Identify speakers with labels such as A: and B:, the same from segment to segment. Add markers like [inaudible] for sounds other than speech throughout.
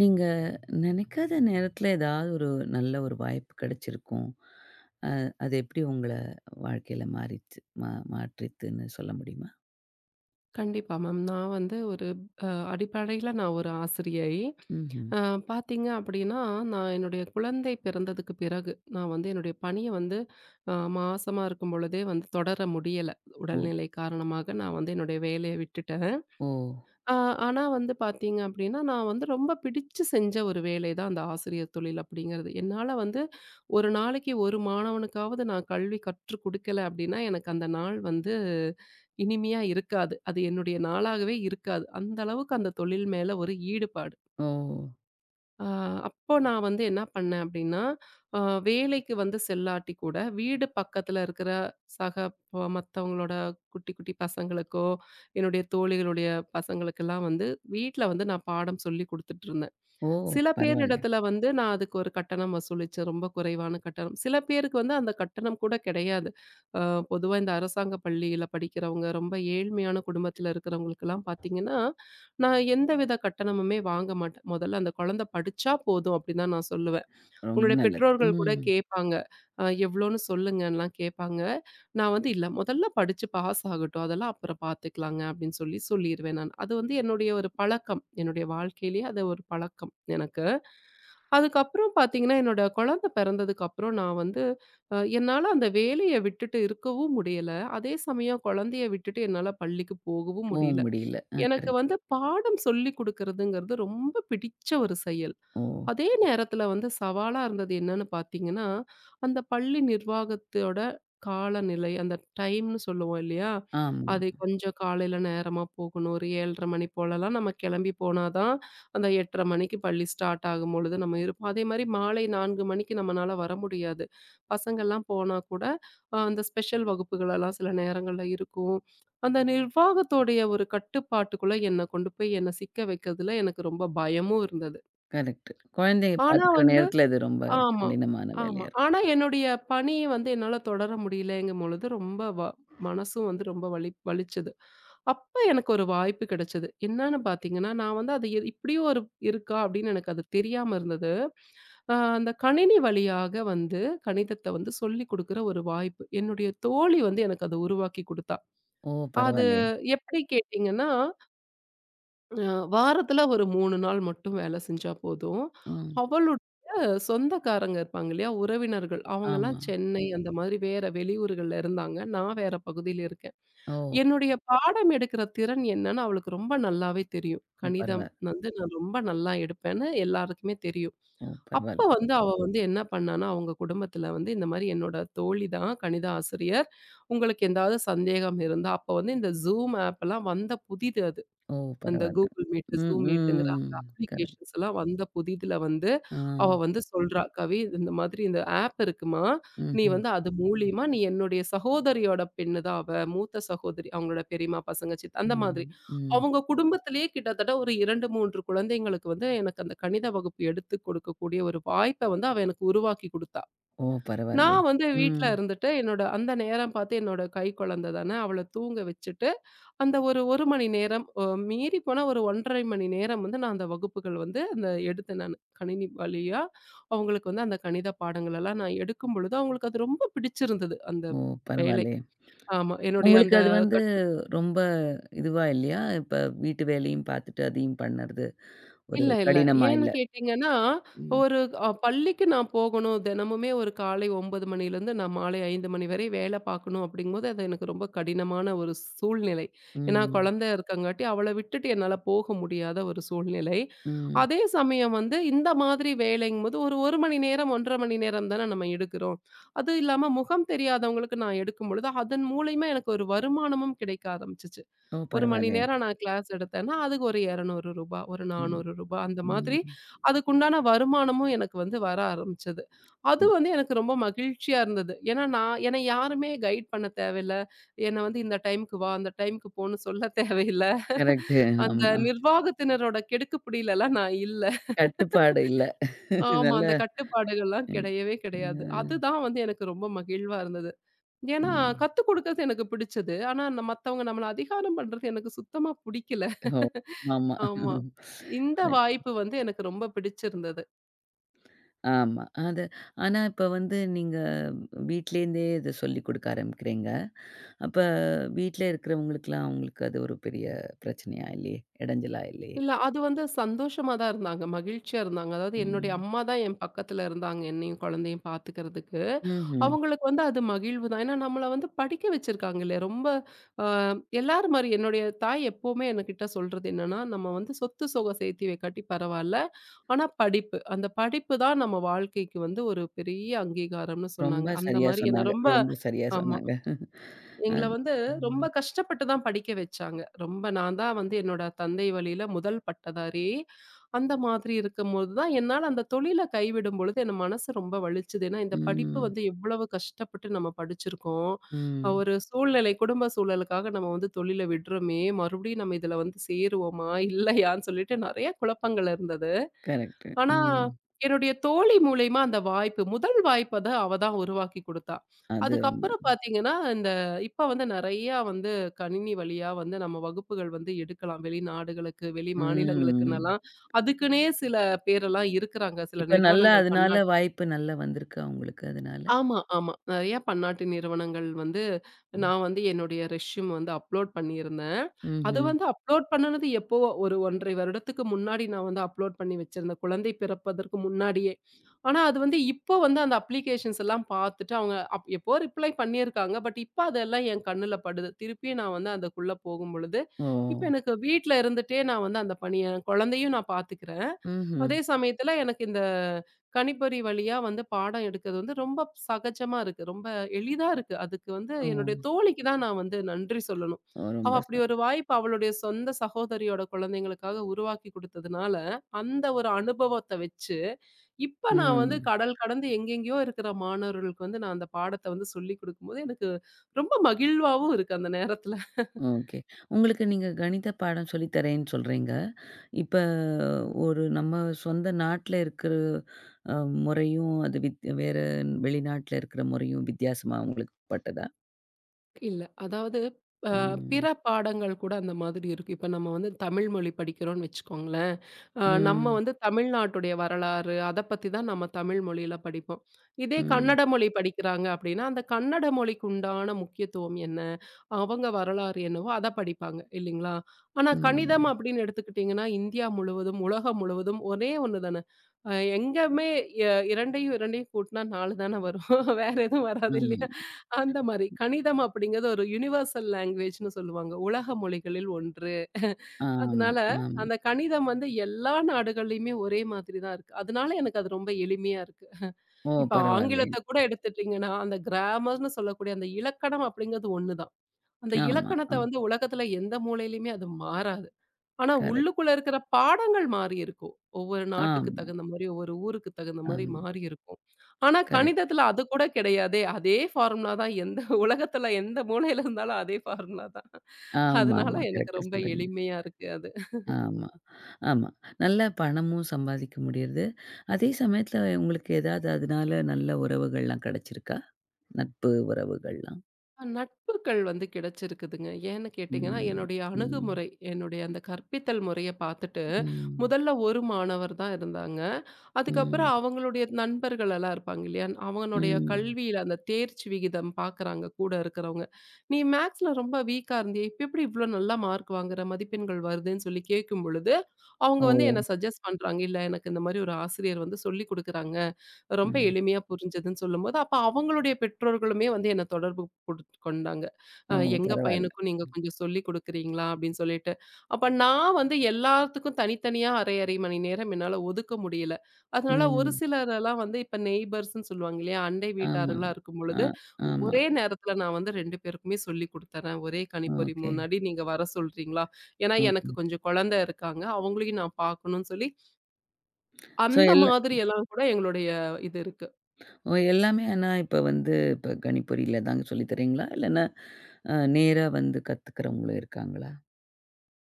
A: நீங்க நினைக்காத நேரத்துல ஏதாவது ஒரு நல்ல ஒரு வாய்ப்பு கிடைச்சிருக்கும். அ அது எப்படி உங்கள வாழ்க்கையில மாறிச்சு மாற்றித்துன்னு சொல்ல முடியுமா?
B: கண்டிப்பா மேம். நான் வந்து ஒரு அடிப்படையில நான் ஒரு ஆசிரியை.
A: ம்ஹ்ம்.
B: அ பார்த்தீங்க அப்படின்னா, நான் என்னுடைய குழந்தை பிறந்ததுக்கு பிறகு, நான் வந்து என்னுடைய பணிய வந்து மாசமா இருக்கும் பொழுதே வந்து தொடர முடியல.
A: ஓ!
B: உடல்நிலை காரணமாக நான் வந்து என்னுடைய வேலைய விட்டுட்டேன்.
A: ஓ!
B: அ ஆனா வந்து பார்த்தீங்க அப்படின்னா, நான் வந்து ரொம்ப பிடிச்சு செஞ்ச ஒரு வேலை தான் அந்த ஆசிரியர் தொழில் அப்படிங்கிறது. என்னால வந்து ஒரு நாளைக்கு ஒரு மாணவனுக்காவது நான் கல்வி கற்றுக் கொடுக்கல அப்படின்னா எனக்கு அந்த நாள் வந்து இனிமையா இருக்காது. அது என்னுடைய நாளாகவே இருக்காது. அந்த அளவுக்கு அந்த தொழில் மேல ஒரு ஈடுபாடு.
A: ஓ!
B: ஆ அப்போ நான் வந்து என்ன பண்ணேன் அப்படின்னா, அ வேலைக்கு வந்து செல்லாட்டி கூட வீடு பக்கத்துல இருக்கிற சக ப மத்தவங்களோட குட்டி குட்டி பசங்களுக்கோ, என்னுடைய தோழிகளுடைய பசங்களுக்கெல்லாம் வந்து வீட்ல வந்து நான் பாடம் சொல்லிக் குடுத்துட்டுருந்தேன்.
A: ஓ!
B: சில பேர்
A: பரவால்ல.
B: இடத்துல வந்து நான் அதுக்கு ஒரு கட்டணம் வசூலிச்சேன். ரொம்ப குறைவான கட்டணம். சில பேருக்கு வந்து அந்த கட்டணம் கூட கிடையாது. அ பொதுவா இந்த அரசாங்க பள்ளியில படிக்கிறவங்க, ரொம்ப ஏழ்மையான குடும்பத்தில இருக்கிறவங்களுக்கெல்லாம் பார்த்தீங்கன்னா, நான் எந்தவித கட்டணமுமே வாங்க மாட்டேன். முதல்ல அந்த குழந்தை படிச்சா போதும் அப்டின்னு தான் நான் சொல்லுவேன்.
A: ரொம்ப
B: உங்களுடைய
A: நல்லது.
B: பெற்றோர்கள் கூட
A: ம்.
B: கேட்பாங்க. எவ்வளோன்னு சொல்லுங்கன்லாம் கேட்பாங்க. நான் வந்து இல்ல முதல்ல படிச்சு பாஸ் ஆகட்டும். அதெல்லாம் அப்புறம் பார்த்துக்கலாங்க அப்டின்னு சொல்லி சொல்லிருவேன் நான். அது வந்து என்னுடைய ஒரு பழக்கம். என்னுடைய வாழ்க்கையிலேயே அது ஒரு பழக்கம் எனக்கு. அதுக்கப்புறம் பார்த்தீங்கன்னா, என்னோட குழந்தை பிறந்ததுக்கப்புறம் நான் வந்து என்னால அந்த வேலைய விட்டுட்டு இருக்கவும் முடியல. அதே சமயம் குழந்தைய விட்டுட்டு என்னால பள்ளிக்கு போகவும் முடியல.
A: முடியல. ஆ,
B: எனக்கு
A: கரெக்ட்.
B: வந்து பாடம் சொல்லிக் குடுக்கறதுங்கிறது ரொம்ப பிடிச்ச ஒரு செயல்.
A: ஓ!
B: அதே நேரத்துல வந்து சவாலா இருந்தது என்னன்னு பார்த்தீங்கன்னா, அந்த பள்ளி நிர்வாகத்தோட காலநிலை, அந்த டைம்னு சொல்லுவோம் இல்லையா?
A: ஆமா.
B: அது கொஞ்சம் காலையில நேரமா போகணும். ஒரு 7:30 மணி போலலாம் நம்ம கிளம்பி போனா தான், அந்த 8:30 மணிக்கு பள்ளி ஸ்டார்ட் ஆகும்பொழுது நம்ம இருப்போம். அதேமாரி மாலை 4 மணிக்கு நம்மனால வர முடியாது. பசங்கள்லாம் போனா கூட, அந்த ஸ்பெஷல் வகுப்புகளெல்லாம் சில நேரங்கள்ல இருக்கும். அந்த நிர்வாகத்தோடைய ஒரு கட்டுப்பாட்டுக்குள்ள என்ன கொண்டு போய் என்ன சிக்க வைக்கிறதுல எனக்கு ரொம்ப பயமும் இருந்தது.
A: கரெக்ட். குழந்தைய
B: ஆனா
A: பார்த்துக்கிற
B: வந்து
A: நேரத்துல இது ரொம்ப
B: ஆமா,
A: கடினமான
B: ஆமா.
A: வேலையா இருக்கும்.
B: ஆனா என்னுடைய பணிய வந்து என்னால தொடர முடியலங்கும் பொழுது, ரொம்ப மனசும் வந்து ரொம்ப வலிச்சது. அப்ப எனக்கு ஒரு வாய்ப்பு கிடைச்சது. என்னன்னு பார்த்தீங்கன்னா, நான் வந்து அது இப்படியும் ஒரு இருக்கா அப்படின்னு எனக்கு அது தெரியாம இருந்தது. அந்த கணினி வழியாக வந்து கணிதத்த வந்து சொல்லிக் குடுக்குற ஒரு வாய்ப்பு. என்னுடைய தோழி வந்து எனக்கு அத உருவாக்கி குடுத்தா.
A: ஓ!
B: அது
A: பரவாயில்லயே!
B: எப்படி கேட்டீங்கன்னா அ வாரத்துல ஒரு 3 நாள் மட்டும் வேலை செஞ்சா போதும்.
A: ம்.
B: அவளுடைய சொந்தக்காரங்க இருப்பாங்க இல்லையா? உறவினர்கள் அவங்கலாம்
A: ஆமா.
B: சென்னை அந்த மாதிரி வேற வெளியூர்கள்ல இருந்தாங்க. நான் வேற பகுதியில இருக்கேன்.
A: ஓ!
B: என்னுடைய பாடம் எடுக்கிற திறன் என்னன்னு அவளுக்கு ரொம்ப நல்லாவே தெரியும்.
A: ஓ,
B: கணிதம்
A: பரவால்ல.
B: வந்து நான் ரொம்ப நல்லா எடுப்பேன்னு எல்லாருக்குமே தெரியும்.
A: ஓ,
B: அப்ப
A: பரவால்ல.
B: வந்து அவ வந்து என்ன பண்ணான்னா, அவங்க குடும்பத்துல வந்து இந்த மாரி என்னோட தோழி தான் கணித ஆசிரியர். உங்களுக்கு ஏதாவது சந்தேகம் இருந்தா அப்ப வந்து இந்த Zoom ஆப்லாம் வந்த புதிது அது.
A: ஓ,
B: அந்த
A: பரவால்ல.
B: Google Meet,
A: ம்,
B: Zoom Meetங்கிற
A: ம்.
B: அந்த
A: கரெக்ட்.
B: அப்ளிகேஷன்ஸ் எல்லாம் வந்த புதிதில வந்து,
A: ஆ.
B: அவ வந்து சொல்றா, "கவி இந்த மாதிரி இந்த ஆப் இருக்குமா, நீ
A: ம்ஹ்ம்.
B: வந்து அது மூலியமா நீ என்னுடைய சகோதரியோட பெண்ணு தான் அவ, மூத்த சகோதரி. அவங்களோட பெரியம்மா பசங்க, சித்" அந்த மாதிரி.
A: ம். ம்.
B: அவங்க குடும்பத்திலேயே கிட்டத்தட்ட ஒரு 2, 3 குழந்தைங்களுக்கு வந்து எனக்கு அந்த கணித வகுப்பு எடுத்துக் கொடுக்கக்கூடிய ஒரு வாய்ப்ப வந்து அவ எனக்கு உருவாக்கி குடுத்தா.
A: ஓ! பரவாயில்லையே!
B: நான் வந்து வீட்ல
A: ம்.
B: இருந்துட்டு, என்னோட அந்த நேரம் பார்த்து என்னோட கை குழந்தை தானே, அவள தூங்க வச்சுட்டு அந்த ஒரு 1 மணி நேரம் மீறி போனா ஒரு 1 1/2 மணி நேரம் வந்து நான் அந்த வகுப்புகள் வந்து அந்த எடுத்தேன் நானு. கணினி வழியா அவங்களுக்கு வந்து அந்த கணித பாடங்கள் எல்லாம் நான் எடுக்கும் பொழுது, அவங்களுக்கு அது ரொம்ப பிடிச்சிருந்தது அந்த
A: ஓ!
B: வேலை.
A: பரவாயில்லையே!
B: ஆமா. என்னுடைய
A: உங்களுக்கு
B: அந்த
A: அது வந்து
B: கட்
A: ரொம்ப இதுவா இல்லையா? இப்ப வீட்டு வேலையும் பார்த்துட்டு அதையும் பண்ணறது ஒரு
B: இல்ல, இல்ல.
A: கடினமா
B: ஏன்னு
A: இல்ல?
B: கேட்டீங்கன்னா,
A: ம்.
B: ஒரு பள்ளிக்கு நான் போகணும். தினமுமே ஒரு காலை 9 மணிலேருந்து நான் மாலை 5 மணி வரை வேலை பார்க்கணும் அப்படிங்கும்போது, அது எனக்கு ரொம்ப கடினமான ஒரு சூழ்நிலை. ஏன்னா,
A: ம்.
B: குழந்தை இருக்கங்காட்டி அவள விட்டுட்டு என்னால போக முடியாத ஒரு சூழ்நிலை.
A: ம்.
B: அதே சமயம் வந்து இந்த மாதிரி வேலைங்கும்போது ஒரு 1 மணி நேரம், 1 1/2 மணி நேரம் தானே நம்ம எடுக்கிறோம். அது இல்லாம முகம் தெரியாதவங்களுக்கு நான் எடுக்கும்பொழுது, அதன் மூலியமா எனக்கு ஒரு வருமானமும் கிடைக்க ஆரம்பிச்சுச்சு.
A: ஓ!
B: 1 மணி
A: பரவாயில்லையே!
B: நேரம் நான் கிளாஸ் எடுத்தேன்னா, அதுக்கு ஒரு ரூ. 200 ஒரு ரூ.
A: ம்.
B: 400 அந்த
A: ம்.
B: மாதிரி அதுக்குண்டான வருமானமும் எனக்கு வந்து வர ஆரம்பிச்சது. அது
A: ம்.
B: வந்து எனக்கு ரொம்ப மகிழ்ச்சியா இருந்தது. ஏன்னா, நான் என்னை யாருமே கைட் பண்ண தேவையில்ல. என்ன வந்து இந்த டைம்க்கு வா, அந்த டைம்க்கு போன்னு சொல்ல [laughs] தேவையில்ல.
A: கரெக்ட்டு.
B: அந்த
A: ஆமா.
B: நிர்வாகத்தினரோட கெடுக்குப்பிடிலலாம் நான் இல்ல.
A: கட்டுப்பாடு இல்ல.
B: ஆமா.
A: நல்ல.
B: அந்த கட்டுப்பாடுகள்லாம்
A: ம்.
B: கிடையவே கிடையாது.
A: அ.
B: அதுதான் வந்து எனக்கு ரொம்ப மகிழ்வா இருந்தது. ஏன்னா,
A: ம்.
B: கத்துக் குடுக்கறது எனக்கு பிடிச்சது. ஆனா, மத்தவங்க நம்மள அதிகாரம் பண்றது எனக்கு சுத்தமா புடிக்கல.
A: ஓ! ஆமா.
B: ஆமா. இந்த வாய்ப்பு வந்து எனக்கு ரொம்ப பிடிச்சிருந்தது.
A: ஆமா. ஆனா இப்ப வந்து நீங்க வீட்லேருந்தே இத சொல்லிக் குடுக்க ஆரம்பிக்கிறீங்க. அப்ப வீட்ல இருக்கிறவங்களுக்கெல்லாம் அவங்களுக்கு அது ஒரு பெரிய பிரச்சனையா இல்லையே? இடைஞ்சலா இல்லையே?
B: இல்ல, அது வந்து சந்தோஷமா தான் இருந்தாங்க. மகிழ்ச்சியா இருந்தாங்க. அதாவது என்னுடைய
A: ம்.
B: அம்மா தான் என் பக்கத்துல இருந்தாங்க. என்னையும், குழந்தையும் பாத்துக்கிறதுக்கு.
A: ம்ஹ்ம்.
B: அவங்களுக்கு வந்து அது மகிழ்வு தான். ஏன்னா நம்மள வந்து படிக்க வச்சிருக்காங்க இல்லையா? ரொம்ப அ எல்லார் மாரி என்னுடைய தாய் எப்பவுமே என்கிட்ட சொல்றது என்னன்னா, "நம்ம வந்து சொத்து சுகம் சேர்த்தி வைக்காட்டி பரவால்ல. ஆனா படிப்பு, அந்த படிப்பு தான் நம்ம வாழ்க்கைக்கு வந்து ஒரு பெரிய அங்கீகாரம்னு" சொன்னாங்க.
A: ரொம்ப
B: அந்த
A: சரியா
B: மாரி என்ன
A: சொன்னாங்க.
B: ரொம்ப
A: ரொம்ப சரியா
B: ஆமா.
A: சொன்னாங்க.
B: எங்கள
A: அது
B: வந்து ரொம்ப
A: ம்.
B: கஷ்டப்பட்டு தான் படிக்க வச்சாங்க. ரொம்ப நான் தான் வந்து என்னோட தந்தை வழியில முதல் பட்டதாரி. அந்த மாதிரி இருக்கும்போது தான் என்னால அந்த தொழில கைவிடும் பொழுது என் மனசு ரொம்ப வலிச்சது. ஏன்னா இந்த படிப்பு
A: ம்.
B: வந்து எவ்வளவு கஷ்டப்பட்டு நம்ம படிச்சிருக்கோம்.
A: ம்.
B: ஒரு சூழ்நிலை குடும்ப சூழலுக்காக நம்ம வந்து தொழில விடுறோமே! மறுபடியும் நம்ம இதில வந்து சேருவோமா? இல்லையான்னு சொல்லிட்டு நெறைய குழப்பங்கள் இருந்தது.
A: கரெக்ட்டு.
B: ஆனா,
A: ம்.
B: என்னுடைய தோழி மூலியமா அந்த வாய்ப்பு, முதல் வாய்ப்பு அத அவ தான் உருவாக்கி குடுத்தா.
A: அது, ஆமா.
B: அதுக்கப்புறம் பார்த்தீங்கன்னா, இந்த இப்ப வந்து நெறையா வந்து கணினி வழியா வந்து நம்ம வகுப்புகள் வந்து எடுக்கலாம். வெளிநாடுகளுக்கு, வெளி
A: ம்.
B: மாநிலங்களுக்குன்னலாம் அதுக்குன்னே சில பேரெல்லாம் இருக்கிறாங்க. சில
A: இப்ப நல்லா
B: நிறுவனங்கள்
A: அதனால
B: பன்னாட்டு
A: வாய்ப்பு நல்லா வந்திருக்கா உங்களுக்கு அதனால?
B: ஆமா, ஆமா. நெறைய பன்னாட்டு நிறுவனங்கள் வந்து,
A: ம்.
B: நான் வந்து என்னுடைய ரெஸ்யூம் வந்து அப்லோட் பண்ணியிருந்தேன். அது
A: ம்ஹ்ம்.
B: வந்து அப்லோட் பண்ணுனது எப்பவோ ஒரு 1 1/2 வருடத்துக்கு முன்னாடி நான் வந்து அப்லோட் பண்ணி வச்சிருந்தேன். குழந்தை பிறப்பதற்கு முன்னாடியே. ஆனா அது வந்து இப்போ வந்து அந்த அப்ளிகேஷன்ஸ் எல்லாம் பார்த்துட்டு அவங்க எப்போ ரிப்ளை பண்ணியிருக்காங்க. பட் இப்ப அதெல்லாம் என் கண்ணுல படுது. திருப்பியும் நான் வந்து அதுக்குள்ள போகும்பொழுது,
A: ஓ!
B: இப்ப எனக்கு வீட்ல இருந்துட்டே நான் வந்து அந்த பணிய குழந்தையும் நான் பார்த்துக்கிறேன்.
A: ம்ஹ்ம்.
B: அதே சமயத்துல எனக்கு இந்த கணிப்பொறி வழியா வந்து பாடம் எடுக்கிறது வந்து ரொம்ப சகஜமா இருக்கு. ரொம்ப எளிதா இருக்கு. அதுக்கு வந்து
A: ஓ!
B: என்னுடைய தோழிக்கு தான் நான் வந்து நன்றி சொல்லணும்.
A: ஓ,
B: அவ அப்படி ஒரு வாய்ப்பு அவளுடைய சொந்த சகோதரியோட குழந்தைங்களுக்காக உருவாக்கி குடுத்ததுனால, அந்த ஒரு அனுபவத்த வச்சு, இப்ப நான் வந்து
A: ம்.
B: கடல் கடந்து எங்கெங்கேயோ இருக்கிற மாணவர்களுக்கு வந்து நான் அந்த பாடத்த வந்து சொல்லிக் குடுக்கும்போது, எனக்கு ரொம்ப மகிழ்வாவும் இருக்கு அந்த நேரத்துல.
A: ஓகே. நீங்க கணித பாடம் சொல்லி தரேன்னு சொல்றீங்க. இப்ப நம்ம சொந்த நாட்ல இருக்கிற அ முறையும், அது வித் வேற வெளிநாட்ல இருக்கிற முறையும் வித்தியாசமா உங்களுக்கு பட்டதா?
B: இல்ல. அதாவது அ பிற
A: ம்.
B: பாடங்கள் கூட அந்த மாதிரி இருக்கு. இப்ப நம்ம வந்து தமிழ் மொழி படிக்கிறோம்னு வச்சுக்கோங்களேன். நம்ம
A: ம்.
B: வந்து தமிழ்நாட்டுடைய வரலாறு, அத பத்தி தான் நம்ம தமிழ் மொழியில படிப்போம். இதே
A: ம்.
B: கன்னட மொழி படிக்கிறாங்க அப்படின்னா, அந்த கன்னட மொழிக்கு உண்டான முக்கியத்துவம் என்ன? அவங்க வரலாறு என்னவோ அத படிப்பாங்க இல்லைங்களா? ஆனா கணிதம்
A: ம்.
B: அப்படின்னு எடுத்துக்கிட்டீங்கன்னா, இந்தியா முழுவதும், உலகம் முழுவதும் ஒரே ஒண்ணு தான. அ எங்கேயுமே எ 2யும் 2யும் கூட்டினா 4 தான வரும். [laughs] வேற எதுவும் வராது
A: ஆமா.
B: இல்லையா? அந்த மாரி கணிதம் அப்படிங்கிறது ஒரு யுனிவர்சல் லாங்குவேஜ்ன்னு சொல்லுவாங்க. உலக மொழிகளில் ஒன்று.
A: ஆமா,
B: அதனால
A: ஆமா.
B: அந்த கணிதம் வந்து எல்லா நாடுகள்லயுமே ஒரே மாதிரி தான் இருக்கு. அதனால எனக்கு அது ரொம்ப எளிமையா இருக்கு.
A: ஓ!
B: இப்ப
A: பரவாயில்லையே.
B: ஆங்கிலத்த கூட எடுத்துட்டீங்கன்னா, அந்த கிராமர்ன்னு சொல்லக்கூடிய அந்த இலக்கணம் அப்படிங்கிறது ஒண்ணு தான். அந்த
A: ஆமா.
B: இலக்கணத்த
A: ஆ,
B: வந்து உலகத்துல எந்த மூலையிலயுமே அது மாறாது. ஆனா,
A: கரெக்ட்.
B: உள்ளுக்குள்ள இருக்கிற பாடங்கள் மாறி இருக்கும். ஒவ்வொரு நாட்டுக்கு
A: ஆமா,
B: தகுந்த மாரி, ஒவ்வொரு ஊருக்கு தகுந்த மாரி
A: ஆமா.
B: மாறி இருக்கும். ஆனா,
A: கரெக்ட்.
B: கணிதத்துல அது கூட கிடையாதே. அதே ஃபார்முலா தான் எந்த உலகத்துல எந்த மூலையில இருந்தாலும் அதே ஃபார்முலா தான். அதனால
A: ஆமாமா.
B: எனக்கு
A: கரெக்ட்டா
B: ரொம்ப
A: சொல்றீங்க.
B: எளிமையா இருக்கு அது.
A: ஆமா, ஆமா. நல்லா பணமும் சம்பாதிக்க முடியுது. அதே சமயத்துல உங்களுக்கு ஏதாவது அதனால நல்ல உறவுகள்லாம் கிடைச்சிருக்கா? நட்பு உறவுகள்லாம்?
B: நட்புகள் வந்து கிடைச்சிருக்குதுங்க. ஏன்னு கேட்டீங்கன்னா,
A: ம்.
B: என்னுடைய
A: ம்.
B: அணுகுமுறை, என்னுடைய அந்த கற்பித்தல் முறைய பார்த்துட்டு,
A: ம்.
B: முதல்ல ஒரு மாணவர் தான் இருந்தாங்க. அதுக்கப்புறம்
A: ம்.
B: அவங்களுடைய நண்பர்கள் எல்லாம் இருப்பாங்க இல்லையா? அவங்களுடைய
A: ம்.
B: கல்வியில அந்த தேர்ச்சி விகிதம் பார்க்குறாங்க கூட இருக்கிறவங்க. "நீ மேத்ஸ்ல ரொம்ப வீக்கா இருந்தியே, இப்ப எப்படி இவ்ளோ நல்லா மார்க் வாங்குற, மதிப்பெண்கள் வருதுன்னு?" சொல்லி கேட்கும் பொழுது, அவங்க
A: ஓ!
B: வந்து என்ன சஜெஸ்ட் பண்றாங்க. "இல்ல எனக்கு இந்த மாரி ஒரு ஆசிரியர் வந்து சொல்லிக் குடுக்குறாங்க. ரொம்ப
A: ம்.
B: எளிமையா புரிஞ்சதுன்னு சொல்லும்போது, அப்ப அவங்களுடைய பெற்றோர்களுமே வந்து என்ன தொடர்பு கொண்டாங்க.
A: ஓ!
B: "எங்க
A: பரவால்ல.
B: பையனுக்கும் நீங்க கொஞ்சம் சொல்லிக் குடுக்குறீங்களா?" அப்படின்னு சொல்லிட்டு. அப்ப நான் வந்து எல்லாத்துக்கும் தனித்தனியா அரை, அரை மணி நேரம் என்னால ஒதுக்க முடியல. அதனால ஒரு
A: ம்.
B: சிலரெல்லாம் வந்து இப்ப நெய்பர்ஸ்ன்னு சொல்லுவாங்க இல்லையா? அண்டை
A: ஆமா.
B: வீட்டார்களா
A: ஆ,
B: இருக்கும்பொழுது,
A: ஆமா.
B: ஒரே நேரத்துல நான் வந்து 2 பேருக்குமே சொல்லிக் குடுத்துர்றேன். ஒரே கணிப்பொறி
A: ஓகே.
B: முன்னாடி நீங்க வர சொல்றீங்களா? ஏன்னா எனக்கு
A: ஓகே.
B: கொஞ்சம் குழந்தை இருக்காங்க. அவங்களையும் நான் பார்க்கணும்னு சொல்லி,
A: ஸோ
B: அந்த
A: எல்லா
B: மாதிரி எல்லாம் கூட எங்களுடைய இது இருக்கு.
A: ஓ, எல்லாமே, ஆனா இப்ப வந்து இப்ப கணிப்பொறியில தாங்க சொல்லி தரீங்களா? இல்லன்னா நேரா வந்து கத்துக்கிறவங்களும் இருக்காங்களா?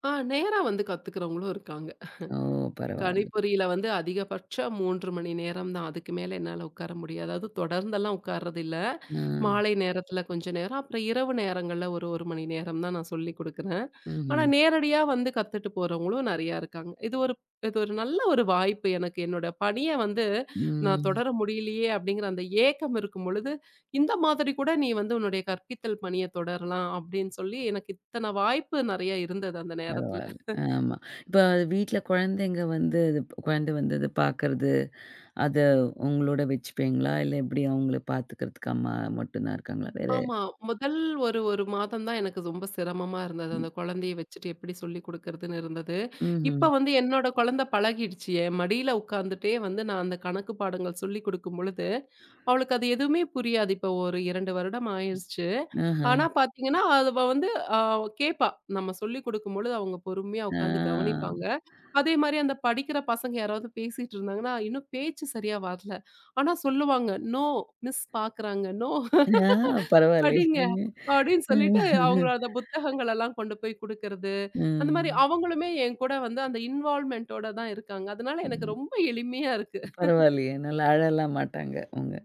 B: நேரா வந்து கத்துக்கிறவங்களும் இருக்காங்க.
A: ஓ! பரவால்ல.
B: கணிப்பொறியில வந்து அதிகபட்சம் 3 மணி நேரம் தான். அதுக்கு மேல என்னால உட்கார முடியாது. அதாவது தொடர்ந்தெல்லாம் உட்கார்றதில்ல.
A: ஆ.
B: மாலை நேரத்துல கொஞ்ச நேரம், அப்புறம் இரவு நேரங்கள்ல ஒரு 1 மணி நேரம் தான் நான் சொல்லிக் குடுக்குறேன். ஆனா
A: ம்ஹ்ம்.
B: நேரடியா வந்து கத்துட்டு போறவங்களும் நெறையா இருக்காங்க. இது ஒரு இது ஒரு நல்ல ஒரு வாய்ப்பு எனக்கு. என்னோட பணிய வந்து நான்
A: ம்.
B: தொடர முடியலையே அப்படிங்கிற அந்த ஏக்கம் இருக்கும் பொழுது, இந்த மாதிரி கூட நீ வந்து உன்னுடைய கற்பித்தல் பணிய தொடரலாம் அப்படின்னு சொல்லி எனக்கு இத்தன வாய்ப்பு நெறைய இருந்தது அந்த நேரத்துல.
A: பரவால்ல. ஆமா. இப்ப வீட்ல குழந்தை வந்து அத பார்க்கறது, அத உங்களோட வச்சுப்பீங்களா? இல்ல எப்படி அவங்கள பார்த்துக்கிறதுக்கு அம்மா மட்டும் தான் இருக்காங்களா?
B: ஆமா. முதல் ஒரு, 1 மாதம் தான் எனக்கு ரொம்ப சிரமமா இருந்தது.
A: ம்.
B: அந்த குழந்தைய வச்சுட்டு எப்படி சொல்லிக் குடுக்கறதுன்னு இருந்தது.
A: ம்ஹ்ம்.
B: இப்ப வந்து என்னோட குழந்தை பழகிடுச்சு. என் மடியில உட்காந்துட்டே வந்து நான் அந்த கணக்கு பாடங்கள் சொல்லிக் குடுக்கும் பொழுது, அவளுக்கு அது எதுவுமே புரியாது. இப்ப ஒரு 2 வருடம் ஆயிருச்சு.
A: ஆஹ.
B: ஆனா பார்த்தீங்கன்னா, அவ வந்து அ கேட்பா. நம்ம சொல்லிக் குடுக்கும்பொழுது அவங்க பொறுமையா உட்காந்து
A: ஆ.
B: கவனிப்பாங்க. அதே மாரி அந்த படிக்கிற பசங்க யாராவது பேசிட்டு இருந்தாங்கன்னா, இன்னும் பேச்சு சரியா வரல. ஆனா சொல்லுவாங்க, "நோ மிஸ் பாக்குறாங்க. நோ."
A: ஆ, பரவாயில்லையே.
B: படிங்க. அப்படின்னு சொல்லிட்டு அவங்கள
A: ம்.
B: அந்த புத்தகங்கள் எல்லாம் கொண்டு போய் குடுக்கறது. அந்த மாரி
A: ம்.
B: அவங்களுமே என் கூட வந்து அந்த இன்வால்வ்மென்ட்டோட தான் இருக்காங்க. அதனால எனக்கு ரொம்ப எளிமையா இருக்கு.
A: பரவாயில்லையே. நல்லா அழலாம் மாட்டாங்க அவங்க.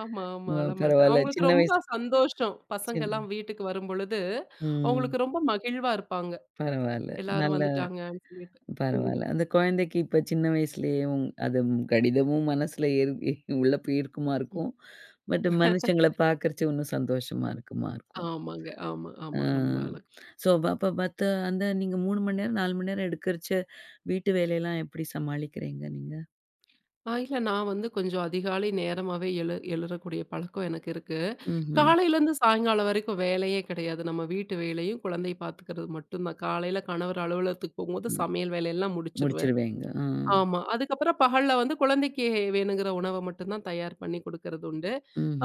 B: ஆமா, ஆமா.
A: ம்.
B: அழமாட்டேன்.
A: பரவால்ல.
B: அவங்களுக்கு
A: சின்ன
B: ரொம்ப
A: வயசு
B: சந்தோஷம். பசங்கலாம்
A: சின்
B: வீட்டுக்கு வரும்பொழுது,
A: ம்.
B: அவங்களுக்கு ரொம்ப மகிழ்வா இருப்பாங்க.
A: பரவால்ல.
B: எல்லாரும்
A: நல்ல
B: வந்துட்டாங்கன்னு சொல்லிட்டு. ம்.
A: பரவால்ல. அந்த குழந்தைக்கு இப்ப சின்ன வயசுலயே உங் அது ம் கடிதமும் மனசுல ஏறி உள்ள போயிருக்குமா
B: ம்.
A: இருக்கும். பட் மனுஷங்கள பார்க்கறச்சு இன்னும் சந்தோஷமா இருக்குமா இருக்கும்.
B: ஆமாங்க. ஆமா,
A: ஆ.
B: ஆமா. ரொம்ப அழகா.
A: ஸோ அப்ப பத்த அந்த நீங்க 3 மணி நேரம், 4 மணி நேரம் எடுக்கறச்ச வீட்டு வேலையெல்லாம் எப்படி சமாளிக்கிறீங்க நீங்க?
B: இல்ல நான் வந்து கொஞ்சம் அதிகாலை நேரமாவே எழுறக்கூடிய பழக்கம் எனக்கு இருக்கு.
A: ம்ஹ்ம்.
B: காலையிலேருந்து சாயங்காலம் வரைக்கும் வேலையே கிடையாது. நம்ம வீட்டு வேலையும், குழந்தைய பார்த்துக்கிறது மட்டும்தான். காலையில கணவர் அலுவலகத்துக்கு போகும்போது
A: ம்.
B: சமையல் வேலையெல்லாம் முடிச்சுருவேன்.
A: முடிச்சிருவீங்க. ஆ.
B: ஆமா. அதுக்கப்புறம் பகல்ல வந்து குழந்தைக்கு வேணுங்கிற உணவ மட்டும் தான் தயார் பண்ணி கொடுக்கறது உண்டு.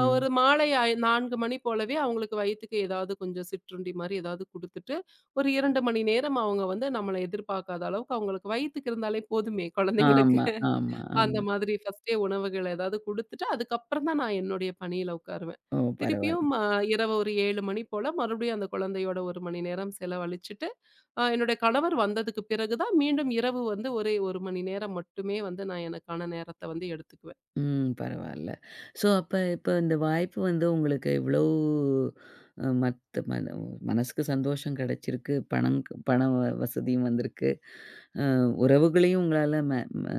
B: ஒரு மாலை 4 மணி போலவே அவங்களுக்கு வயித்துக்கு ஏதாவது கொஞ்சம் சிற்றுண்டி மாரி ஏதாவது குடுத்துட்டு, ஒரு 2 மணி நேரம் அவங்க வந்து நம்மள எதிர்பார்க்காத அளவுக்கு அவங்களுக்கு வயித்துக்கு இருந்தாலே போதுமே குழந்தைங்களுக்கு.
A: ஆமா, ஆமா,
B: அந்த
A: ஆமா.
B: மாதிரி ஃபர்ஸ்ட்டே உணவுகள் ஏதாவது குடுத்துட்டு, அதுக்கப்புறம் தான் நான் என்னுடைய பணியில உட்காருவேன்.
A: ஓ!
B: திருப்பியும்
A: பரவால்ல.
B: இரவு ஒரு 7 மணி போல மறுபடியும் அந்த குழந்தையோட 1 மணி நேரம் செலவழிச்சுட்டு, என்னுடைய கணவர் வந்ததுக்கு பிறகு தான் மீண்டும் இரவு வந்து ஒரே 1 மணி நேரம் மட்டுமே வந்து நான் எனக்கான நேரத்த வந்து எடுத்துக்குவேன்.
A: ம். பரவால்ல. ஸோ, அப்ப இப்ப இந்த வாய்ப்பு வந்து உங்களுக்கு இவ்வளோ அ மத்த மன மனசுக்கு சந்தோஷம் கிடைச்சிருக்கு. வசதியும் வந்திருக்கு. அ உறவுகளையும் உங்களால ம ம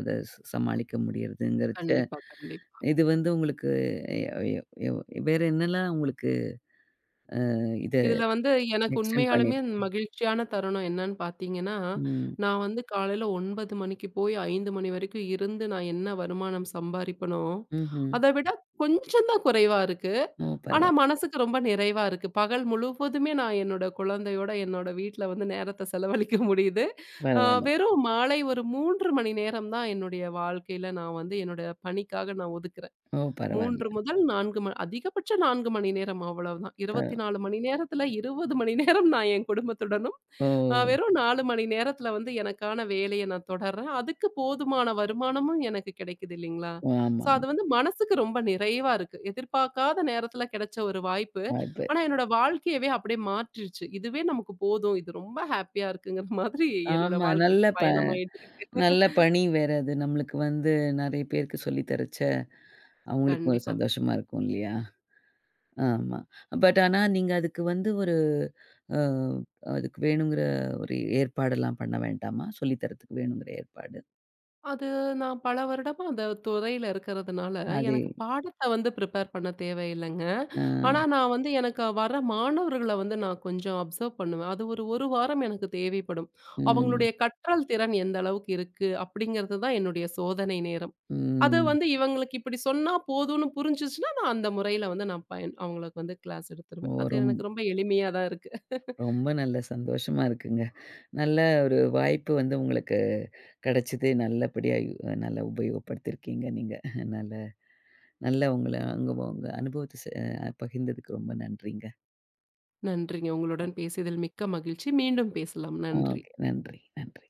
A: அத சமாளிக்க முடியறதுங்கிறச்ச,
B: கண்டிப்பா, கண்டிப்பா.
A: இது வந்து உங்களுக்கு எ எ எ வேற என்னலாம் உங்களுக்கு அ இத
B: இதுல வந்து எனக்கு
A: எக்ஸ்டெண்ட்
B: உண்மையாலுமே
A: பண்ணிருக்கு?
B: மகிழ்ச்சியான தருணம் என்னன்னு பார்த்தீங்கன்னா,
A: ம்.
B: நான் வந்து காலையில 9 மணிக்கு போய் 5 மணி வரைக்கும் இருந்து நான் என்ன வருமானம் சம்பாரிப்பனோ,
A: ம்ஹ்ம்.
B: அத விட கொஞ்சம் தான் குறைவா இருக்கு.
A: ஓ!
B: ஆனா,
A: பரவால்ல,
B: மனசுக்கு ரொம்ப நிறைவா இருக்கு. பகல் முழுவதுமே நான் என்னோட குழந்தையோட, என்னோட வீட்ல வந்து நேரத்த செலவழிக்க முடியுது.
A: பரவால்ல.
B: வெறும் மாலை ஒரு 3 மணி நேரம் தான் என்னுடைய வாழ்க்கையில நான் வந்து என்னோட பணிக்காக நான் ஒதுக்குறேன்.
A: ஓ! பரவால்ல.
B: 3 முதல் 4 ம அதிகபட்சம் 4 மணி நேரம் அவ்வளவுதான்.
A: ப
B: 24 மணி நேரத்துல 20 மணி நேரம் நான் என் குடும்பத்துடனும்,
A: ஓ!
B: வெறும் 4 மணி நேரத்துல வந்து எனக்கான வேலைய நான் தொடர்றேன். அதுக்கு போதுமான வருமானமும் எனக்கு கிடைக்குது இல்லைங்களா? ஸோ
A: ஆமாமா.
B: அது வந்து மனசுக்கு ரொம்ப நிறைவா இருக்கு. எதிர்பார்க்காத நேரத்துல கிடைச்ச ஒரு வாய்ப்பு.
A: வாய்ப்பு.
B: ஆனா என்னோட வாழ்க்கையவே அப்படியே மாற்றிருச்சு. இதுவே நமக்கு போதும். இது ரொம்ப ஹேப்பியா இருக்குங்கிற [laughs] மாதிரி என்னோட
A: ஆமா.
B: வாழ்க்கை இப்ப பயணமாயிட்டு இருக்கு.
A: நல்ல பணி வேற அது. நம்மளுக்கு வந்து நெறைய பேருக்கு சொல்லி தரச்ச, அவங்களுக்கு ஒரு
B: கண்டிப்பா.
A: சந்தோஷமா இருக்கும் இல்லையா? ஆமா. ஆனா நீங்க அதுக்கு வந்து ஒரு அ அதுக்கு வேணுங்கிற ஒரு ஏற்பாடெல்லாம் பண்ண வேண்டாமா? சொல்லி தரதுக்கு வேணுங்கிற ஏற்பாடு.
B: அது நான் பல வருடமா அந்த துறையில இருக்கிறதுனால,
A: அதே.
B: எனக்கு பாடத்த வந்து பிரிப்பேர் பண்ண தேவையில்லைங்க.
A: ஆ.
B: ஆனா நான் வந்து எனக்கு வர மாணவர்கள வந்து நான் கொஞ்சம் அப்சர்வ் பண்ணுவேன். அது ஒரு 1 வாரம் எனக்கு தேவைப்படும்.
A: ம்.
B: அவங்களுடைய கற்றல் திறன் எந்த அளவுக்கு இருக்கு அப்படிங்கிறது தான் என்னுடைய சோதனை நேரம். அத
A: ம்.
B: வந்து இவங்களுக்கு இப்படி சொன்னா போதும்னு புரிஞ்சுச்சுன்னா, நான் அந்த முறையில வந்து நான் பயன் அவங்களுக்கு வந்து கிளாஸ்
A: ஓ!
B: எடுத்துருவேன். அது எனக்கு ரொம்ப எளிமையா தான் இருக்கு.
A: ரொம்ப நல்ல சந்தோஷமா இருக்குங்க. நல்ல ஒரு வாய்ப்பு வந்து உங்களுக்கு கெடைச்சது. நல்லபடியா யு நல்லா உபயோகப்படுத்தியிருக்கீங்க நீங்க. நல்ல நல்லா உங்க அனுபவத்த பகிர்ந்ததுக்கு ரொம்ப நன்றிங்க.
B: நன்றிங்க. உங்களுடன் பேசியதில் மிக்க மகிழ்ச்சி. மீண்டும் பேசலாம். நன்றி.
A: ஓகே. நன்றி, நன்றி.